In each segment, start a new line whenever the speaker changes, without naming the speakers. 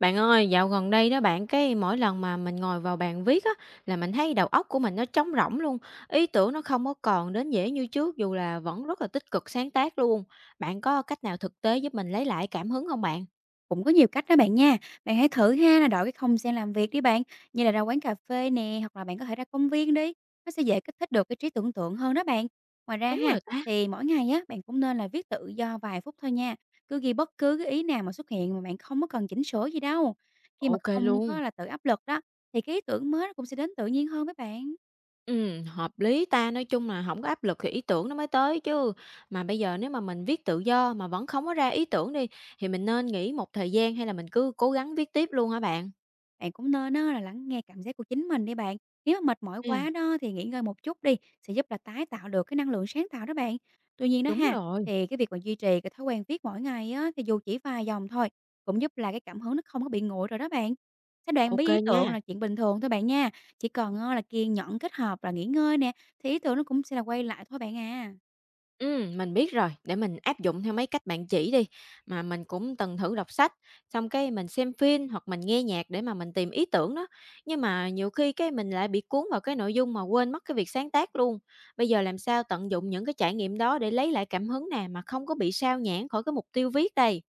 Bạn ơi, dạo gần đây đó bạn, cái mỗi lần mà mình ngồi vào bàn viết á, là mình thấy đầu óc của mình nó trống rỗng luôn, ý tưởng nó không có còn đến dễ như trước dù là vẫn rất là tích cực sáng tác luôn. Bạn có cách nào thực tế giúp mình lấy lại cảm hứng không bạn?
Cũng có nhiều cách đó bạn nha. Bạn hãy thử ha là đổi cái không gian làm việc đi bạn, như là ra quán cà phê nè, hoặc là bạn có thể ra công viên đi. Nó sẽ dễ kích thích được cái trí tưởng tượng hơn đó bạn. Ngoài ra
Đúng
ha,
rồi ta.
thì mỗi ngày á bạn cũng nên là viết tự do vài phút thôi nha. Cứ ghi bất cứ cái ý nào mà xuất hiện mà bạn không có cần chỉnh sửa gì đâu. Khi mà
OK
không
luôn.
có là tự áp lực đó thì cái ý tưởng mới nó cũng sẽ đến tự nhiên hơn với bạn.
Hợp lý ta, nói chung là không có áp lực thì ý tưởng nó mới tới chứ. Mà bây giờ nếu mà mình viết tự do mà vẫn không có ra ý tưởng đi, thì mình nên nghỉ một thời gian hay là mình cứ cố gắng viết tiếp luôn hả bạn?
Bạn cũng nên á là lắng nghe cảm giác của chính mình đi bạn. Nếu mà mệt mỏi
À,
quá đó thì nghỉ ngơi một chút đi, sẽ giúp là tái tạo được cái năng lượng sáng tạo đó bạn. Tuy nhiên đó
đúng
ha,
rồi.
thì cái việc mà duy trì cái thói quen viết mỗi ngày á, thì dù chỉ vài dòng thôi, cũng giúp là cái cảm hứng nó không có bị nguội rồi đó bạn. Cái đoạn với
OK
ý
nha.
tưởng là chuyện bình thường thôi bạn nha. Chỉ cần á, là kiên nhẫn kết hợp là nghỉ ngơi nè, thì ý tưởng nó cũng sẽ là quay lại thôi bạn à.
Mình biết rồi, để mình áp dụng theo mấy cách bạn chỉ đi. Mà mình cũng từng thử đọc sách, xong cái mình xem phim hoặc mình nghe nhạc để mà mình tìm ý tưởng đó. Nhưng mà nhiều khi cái mình lại bị cuốn vào cái nội dung mà quên mất cái việc sáng tác luôn. Bây giờ làm sao tận dụng những cái trải nghiệm đó để lấy lại cảm hứng nè mà không có bị sao nhãng khỏi cái mục tiêu viết đây?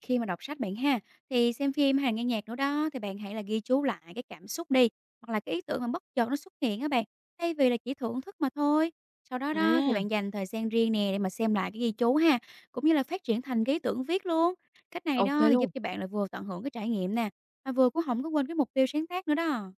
Khi mà đọc sách bạn ha, thì xem phim hay là nghe nhạc nữa đó, thì bạn hãy là ghi chú lại cái cảm xúc đi, hoặc là cái ý tưởng mà bất chợt nó xuất hiện á bạn, thay vì là chỉ thưởng thức mà thôi. Sau đó đó thì
À,
bạn dành thời gian riêng nè để mà xem lại cái ghi chú ha, cũng như là phát triển thành cái ý tưởng viết luôn. Cách này
ok
đó thì giúp
luôn.
cho bạn là vừa tận hưởng cái trải nghiệm nè, mà vừa cũng không có quên cái mục tiêu sáng tác nữa đó.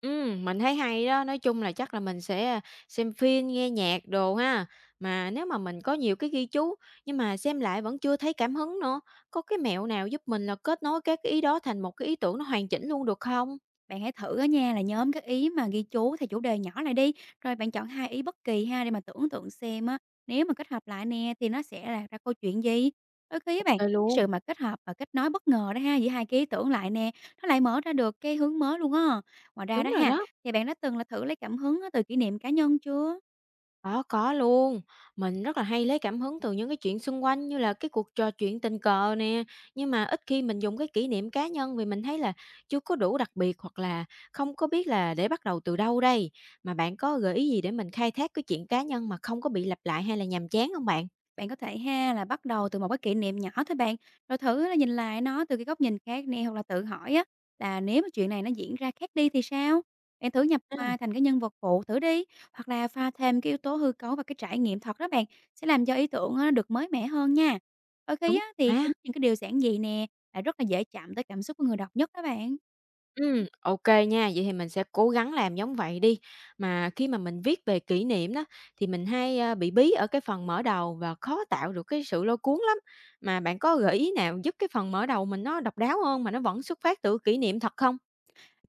Mình thấy hay đó, nói chung là chắc là mình sẽ, xem phim, nghe nhạc đồ ha. Mà nếu mà mình có nhiều cái ghi chú nhưng mà xem lại vẫn chưa thấy cảm hứng nữa, có cái mẹo nào giúp mình là kết nối các cái ý đó thành một cái ý tưởng nó hoàn chỉnh luôn được không?
Bạn hãy thử á nha là nhóm các ý mà ghi chú theo chủ đề nhỏ lại đi, rồi bạn chọn hai ý bất kỳ ha để mà tưởng tượng xem á, nếu mà kết hợp lại nè thì nó sẽ là ra câu chuyện gì. Đôi khi á
OK
bạn, cái
luôn.
sự mà kết hợp và kết nối bất ngờ đó ha giữa hai cái ý tưởng lại nè, nó lại mở ra được cái hướng mới luôn á. Ngoài ra
Đúng
đó
rồi
ha,
đó.
thì bạn đã từng là thử lấy cảm hứng á từ kỷ niệm cá nhân chưa?
Có luôn. Mình rất là hay lấy cảm hứng từ những cái chuyện xung quanh như là cái cuộc trò chuyện tình cờ nè, nhưng mà ít khi mình dùng cái kỷ niệm cá nhân vì mình thấy là chưa có đủ đặc biệt hoặc là không có biết là để bắt đầu từ đâu đây. Mà bạn có gợi ý gì để mình khai thác cái chuyện cá nhân mà không có bị lặp lại hay là nhàm chán không bạn?
Bạn có thể ha là bắt đầu từ một cái kỷ niệm nhỏ thôi bạn, rồi thử là nhìn lại nó từ cái góc nhìn khác nè hoặc là tự hỏi á là nếu mà chuyện này nó diễn ra khác đi thì sao? Bạn thử nhập
À.
vai thành cái nhân vật phụ thử đi, hoặc là pha thêm cái yếu tố hư cấu và cái trải nghiệm thật đó bạn, sẽ làm cho ý tưởng á, nó được mới mẻ hơn nha. Đôi khi
Đúng.
á thì chính
À.
những cái điều giản dị nè là rất là dễ chạm tới cảm xúc của người đọc nhất đó bạn.
Ô nha, vậy thì mình sẽ cố gắng làm giống vậy đi. Mà khi mà mình viết về kỷ niệm đó, thì mình hay, bị bí ở cái phần mở đầu và khó tạo được cái sự lôi cuốn lắm. Mà bạn có gợi ý nào giúp cái phần mở đầu mình nó độc đáo hơn mà nó vẫn xuất phát từ kỷ niệm thật không?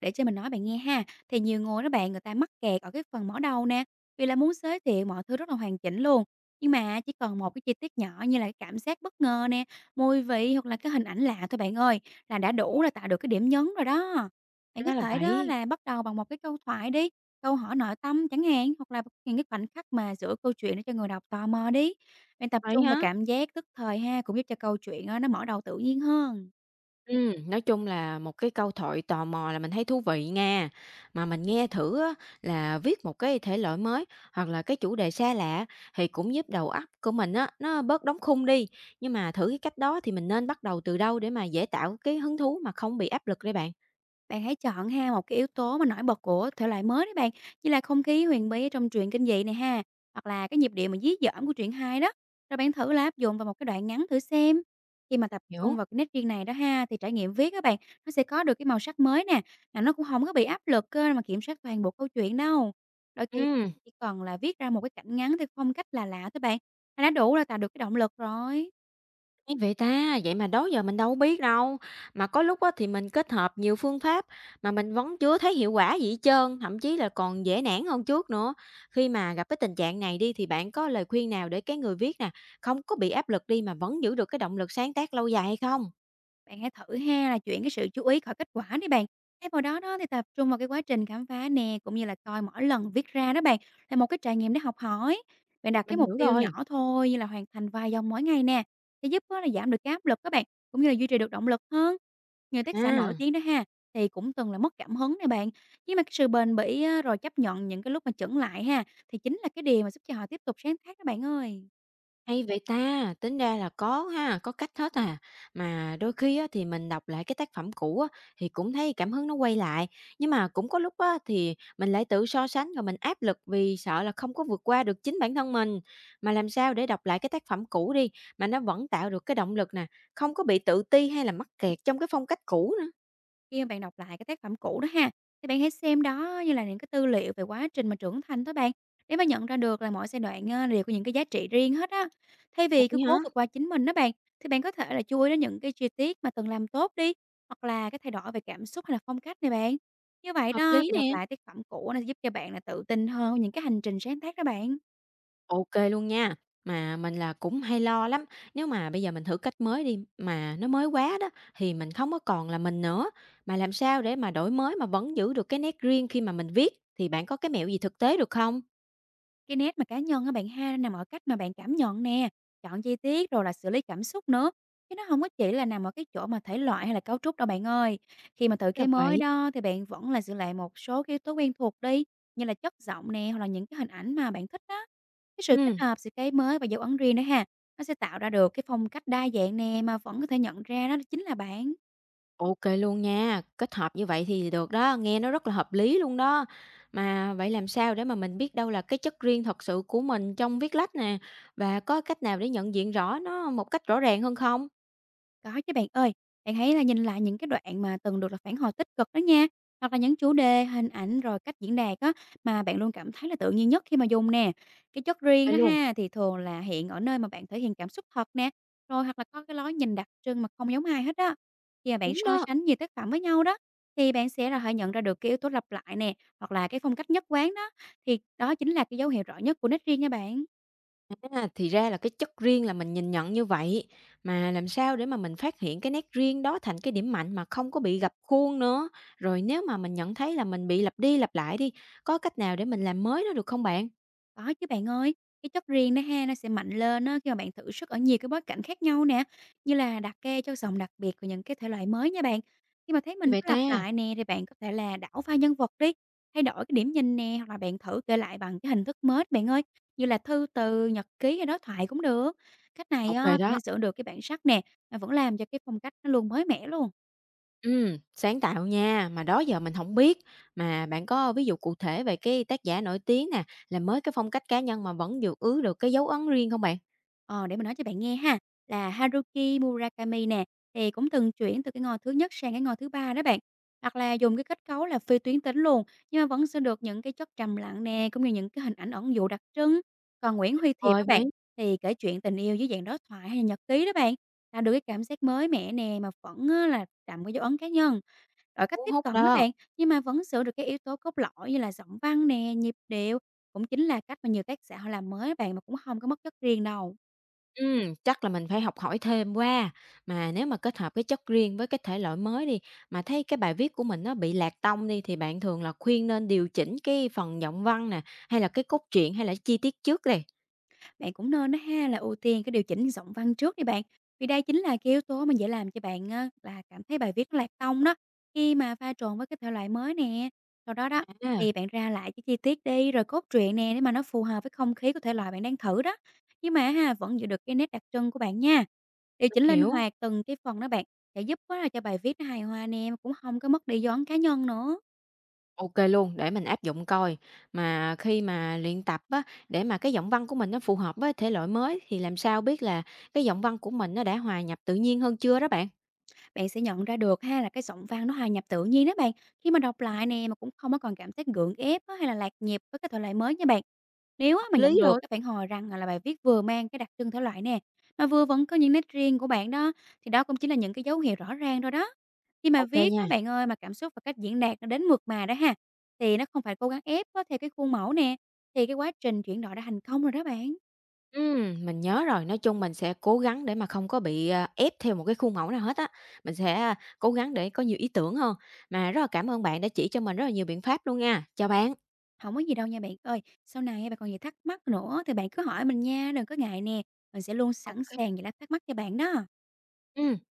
Để cho mình nói bạn nghe ha, thì nhiều người đó bạn, người ta mắc kẹt ở cái phần mở đầu nè, vì là muốn giới thiệu mọi thứ rất là hoàn chỉnh luôn. Nhưng mà chỉ cần một cái chi tiết nhỏ như là cái cảm giác bất ngờ nè, mùi vị hoặc là cái hình ảnh lạ thôi bạn ơi, là đã đủ là tạo được cái điểm nhấn rồi đó. Bạn có
Ra là
thể đó
vậy,
là bắt đầu bằng một cái câu thoại đi, câu hỏi nội tâm chẳng hạn, hoặc là những cái khoảnh khắc mà giữa câu chuyện để cho người đọc tò mò đi. Bạn tập
hay
trung vào
á.
cảm giác tức thời ha, cũng giúp cho câu chuyện á, nó mở đầu tự nhiên hơn.
Nói chung là một cái câu thoại tò mò là mình thấy thú vị nha. Mà mình nghe thử á, là viết một cái thể loại mới hoặc là cái chủ đề xa lạ thì cũng giúp đầu óc của mình á, nó bớt đóng khung đi. Nhưng mà thử cái cách đó thì mình nên bắt đầu từ đâu để mà dễ tạo cái hứng thú mà không bị áp lực đây bạn?
Bạn hãy chọn ha một cái yếu tố mà nổi bật của thể loại mới đấy bạn, như là không khí huyền bí trong truyện kinh dị này ha, hoặc là cái nhịp điệu mà dí dỏm của truyện hay đó. Rồi bạn thử là áp dụng vào một cái đoạn ngắn thử xem. Khi mà tập trung
Hiểu.
vào cái nét riêng này đó ha thì trải nghiệm viết các bạn nó sẽ có được cái màu sắc mới nè, mà nó cũng không có bị áp lực cơ mà kiểm soát toàn bộ câu chuyện đâu. Đôi khi
Ừ.
chỉ cần là viết ra một cái cảnh ngắn theo phong cách là lạ thôi bạn, là đã đủ là tạo được cái động lực rồi.
Hay vậy ta, vậy mà đó giờ mình đâu biết đâu. Mà có lúc á thì mình kết hợp nhiều phương pháp mà mình vẫn chưa thấy hiệu quả gì hết trơn, thậm chí là còn dễ nản hơn trước nữa. Khi mà gặp cái tình trạng này đi thì bạn có lời khuyên nào để cái người viết nè, không có bị áp lực đi mà vẫn giữ được cái động lực sáng tác lâu dài hay không?
Bạn hãy thử ha là chuyển cái sự chú ý khỏi kết quả đi bạn. Thay vào đó đó thì tập trung vào cái quá trình khám phá nè, cũng như là coi mỗi lần viết ra đó bạn là một cái trải nghiệm để học hỏi. Bạn đặt cái
Mình
mục
hiểu
tiêu
rồi.
nhỏ thôi như là hoàn thành vài dòng mỗi ngày nè, sẽ giúp á là giảm được cái áp lực các bạn, cũng như là duy trì được động lực hơn. Nhiều tác giả nổi
À.
tiếng đó ha thì cũng từng là mất cảm hứng nè bạn, nhưng mà cái sự bền bỉ á, rồi chấp nhận những cái lúc mà chững lại ha thì chính là cái điều mà giúp cho họ tiếp tục sáng tác các bạn ơi.
Hay vậy ta, tính ra là có ha, có cách hết à. Mà đôi khi á, thì mình đọc lại cái tác phẩm cũ á, thì cũng thấy cảm hứng nó quay lại. Nhưng mà cũng có lúc á, thì mình lại tự so sánh rồi mình áp lực vì sợ là không có vượt qua được chính bản thân mình. Mà làm sao để đọc lại cái tác phẩm cũ đi mà nó vẫn tạo được cái động lực nè, không có bị tự ti hay là mắc kẹt trong cái phong cách cũ nữa.
Khi mà bạn đọc lại cái tác phẩm cũ đó ha, thì bạn hãy xem đó như là những cái tư liệu về quá trình mà trưởng thành đó bạn, để mà nhận ra được là mỗi giai đoạn, đều có những cái giá trị riêng hết á. Thay vì cứ
Vậy hả?
cố vượt qua chính mình đó bạn, thì bạn có thể là chú ý đến những cái chi tiết mà từng làm tốt đi, hoặc là cái thay đổi về cảm xúc hay là phong cách này bạn. Như vậy
Hợp
đó
lý
thì đọc
nè.
lại tác phẩm cũ nó giúp cho bạn là tự tin hơn với những cái hành trình sáng tác đó bạn.
OK luôn nha. Mà mình là cũng hay lo lắm, nếu mà bây giờ mình thử cách mới đi, mà nó mới quá đó thì mình không có còn là mình nữa, mà làm sao để mà đổi mới mà vẫn giữ được cái nét riêng khi mà mình viết, thì bạn có cái mẹo gì thực tế được không?
Cái nét mà cá nhân á bạn ha, nằm ở cách mà bạn cảm nhận nè, chọn chi tiết rồi là xử lý cảm xúc nữa. Chứ nó không có chỉ là nằm ở cái chỗ mà thể loại hay là cấu trúc đâu bạn ơi. Khi mà thử cái
Là
mới
vậy.
đó thì bạn vẫn là giữ lại một số cái yếu tố quen thuộc đi, như là chất giọng nè, hoặc là những cái hình ảnh mà bạn thích đó. Cái sự kết
Ừ,
hợp giữa cái mới và dấu ấn riêng đó ha, nó sẽ tạo ra được cái phong cách đa dạng nè, mà vẫn có thể nhận ra đó chính là bạn.
OK luôn nha, kết hợp như vậy thì được đó, nghe nó rất là hợp lý luôn đó. Mà vậy làm sao để mà mình biết đâu là cái chất riêng thật sự của mình trong viết lách nè, và có cách nào để nhận diện rõ nó một cách rõ ràng hơn không?
Có chứ bạn ơi, bạn hãy là nhìn lại những cái đoạn mà từng được là phản hồi tích cực đó nha, hoặc là những chủ đề, hình ảnh rồi cách diễn đạt á mà bạn luôn cảm thấy là tự nhiên nhất khi mà dùng nè. Cái chất riêng
Vậy
đó
luôn,
ha thì thường là hiện ở nơi mà bạn thể hiện cảm xúc thật nè, rồi hoặc là có cái lối nhìn đặc trưng mà không giống ai hết đó. Khi mà bạn
đúng
so
đó.
sánh nhiều tác phẩm với nhau đó thì bạn sẽ là hãy nhận ra được cái yếu tố lặp lại nè, hoặc là cái phong cách nhất quán đó thì đó chính là cái dấu hiệu rõ nhất của nét riêng nha bạn.
À, thì ra là cái chất riêng là mình nhìn nhận như vậy, mà làm sao để mà mình phát hiện cái nét riêng đó thành cái điểm mạnh mà không có bị gập khuôn nữa? Rồi nếu mà mình nhận thấy là mình bị lặp đi lặp lại đi, có cách nào để mình làm mới nó được không bạn?
Có chứ bạn ơi, cái chất riêng đó ha, nó sẽ mạnh lên á khi mà bạn thử sức ở nhiều cái bối cảnh khác nhau nè, như là đặt ke cho giọng đặc biệt của những cái thể loại mới nha bạn. Khi mà thấy
Như
mình
vậy
có lặp
ta,
lại nè thì bạn có thể là đảo pha nhân vật đi, thay đổi cái điểm nhìn nè hoặc là bạn thử kể lại bằng cái hình thức mới bạn ơi, như là thư từ, nhật ký hay đối thoại cũng được. Cách này
ok
á, thì nó
đó.
giữ được cái bản sắc nè, mà vẫn làm cho cái phong cách nó luôn mới mẻ luôn.
Ừ, sáng tạo nha, mà đó giờ mình không biết. Mà bạn có ví dụ cụ thể về cái tác giả nổi tiếng nè, làm mới cái phong cách cá nhân mà vẫn giữ ứ được cái dấu ấn riêng không bạn?
Ờ, để mình nói cho bạn nghe ha, là Haruki Murakami nè, thì cũng từng chuyển từ cái ngôi thứ nhất sang cái ngôi thứ ba đó bạn. Hoặc là dùng cái kết cấu là phi tuyến tính luôn, nhưng mà vẫn sẽ được những cái chất trầm lặng nè, cũng như những cái hình ảnh ẩn dụ đặc trưng. Còn Nguyễn Huy Thiệp
Ôi,
các bạn,
mấy
thì kể chuyện tình yêu dưới dạng đối thoại hay là nhật ký đó bạn, tạo được cái cảm giác mới mẻ nè mà vẫn á, là đậm cái dấu ấn cá nhân. Đổi cách
cuốn
tiếp
hút
cận đó
đó.
bạn, nhưng mà vẫn giữ được cái yếu tố cốt lõi như là giọng văn nè, nhịp điệu, cũng chính là cách mà nhiều tác giả họ làm mới á bạn mà cũng không có mất chất riêng đâu.
Chắc là mình phải học hỏi thêm qua. Mà nếu mà kết hợp cái chất riêng với cái thể loại mới đi, mà thấy cái bài viết của mình nó bị lạc tông đi, thì bạn thường là khuyên nên điều chỉnh cái phần giọng văn nè, hay là cái cốt truyện, hay là chi tiết trước đây?
Bạn cũng nên á ha là ưu tiên cái điều chỉnh giọng văn trước đi bạn, vì đây chính là cái yếu tố mà dễ làm cho bạn á là cảm thấy bài viết nó lạc tông đó, khi mà pha trộn với cái thể loại mới nè. Sau đó đó
À,
thì bạn ra lại cái chi tiết đi, rồi cốt truyện nè để mà nó phù hợp với không khí của thể loại bạn đang thử đó. Nhưng mà ha vẫn giữ được cái nét đặc trưng của bạn nha. Điều
mình
chỉnh linh
hiểu.
hoạt từng cái phần đó bạn sẽ giúp quá là cho bài viết nó hài hòa nè, mà cũng không có mất đi dấu ấn cá nhân nữa.
OK luôn, để mình áp dụng coi. Mà khi mà luyện tập á, để mà cái giọng văn của mình nó phù hợp với thể loại mới, thì làm sao biết là cái giọng văn của mình nó đã hòa nhập tự nhiên hơn chưa đó bạn?
Bạn sẽ nhận ra được ha là cái giọng văn nó hòa nhập tự nhiên đó bạn, khi mà đọc lại nè mà cũng không có còn cảm giác gượng ép á, hay là lạc nhịp với cái thể loại mới nha bạn. Nếu á,
Hợp
mà
lý
nhận được
rồi.
các phản hồi rằng là bài viết vừa mang cái đặc trưng thể loại nè, mà vừa vẫn có những nét riêng của bạn đó, thì đó cũng chính là những cái dấu hiệu rõ ràng rồi đó. Khi mà
OK
viết
nha.
các bạn ơi mà cảm xúc và cách diễn đạt nó đến mượt mà đó ha, thì nó không phải cố gắng ép á, theo cái khuôn mẫu nè, thì cái quá trình chuyển đổi đã thành công rồi đó bạn.
Mình nhớ rồi, nói chung mình sẽ cố gắng để mà không có bị, ép theo một cái khuôn mẫu nào hết á, mình sẽ, cố gắng để có nhiều ý tưởng hơn. Mà rất là cảm ơn bạn đã chỉ cho mình rất là nhiều biện pháp luôn nha. Chào bạn.
Không có gì đâu nha bạn ơi. Sau này bạn còn gì thắc mắc nữa thì bạn cứ hỏi mình nha, đừng có ngại nè, mình sẽ luôn
Ô.
sẵn sàng giải đáp thắc mắc cho bạn đó.
Ừm.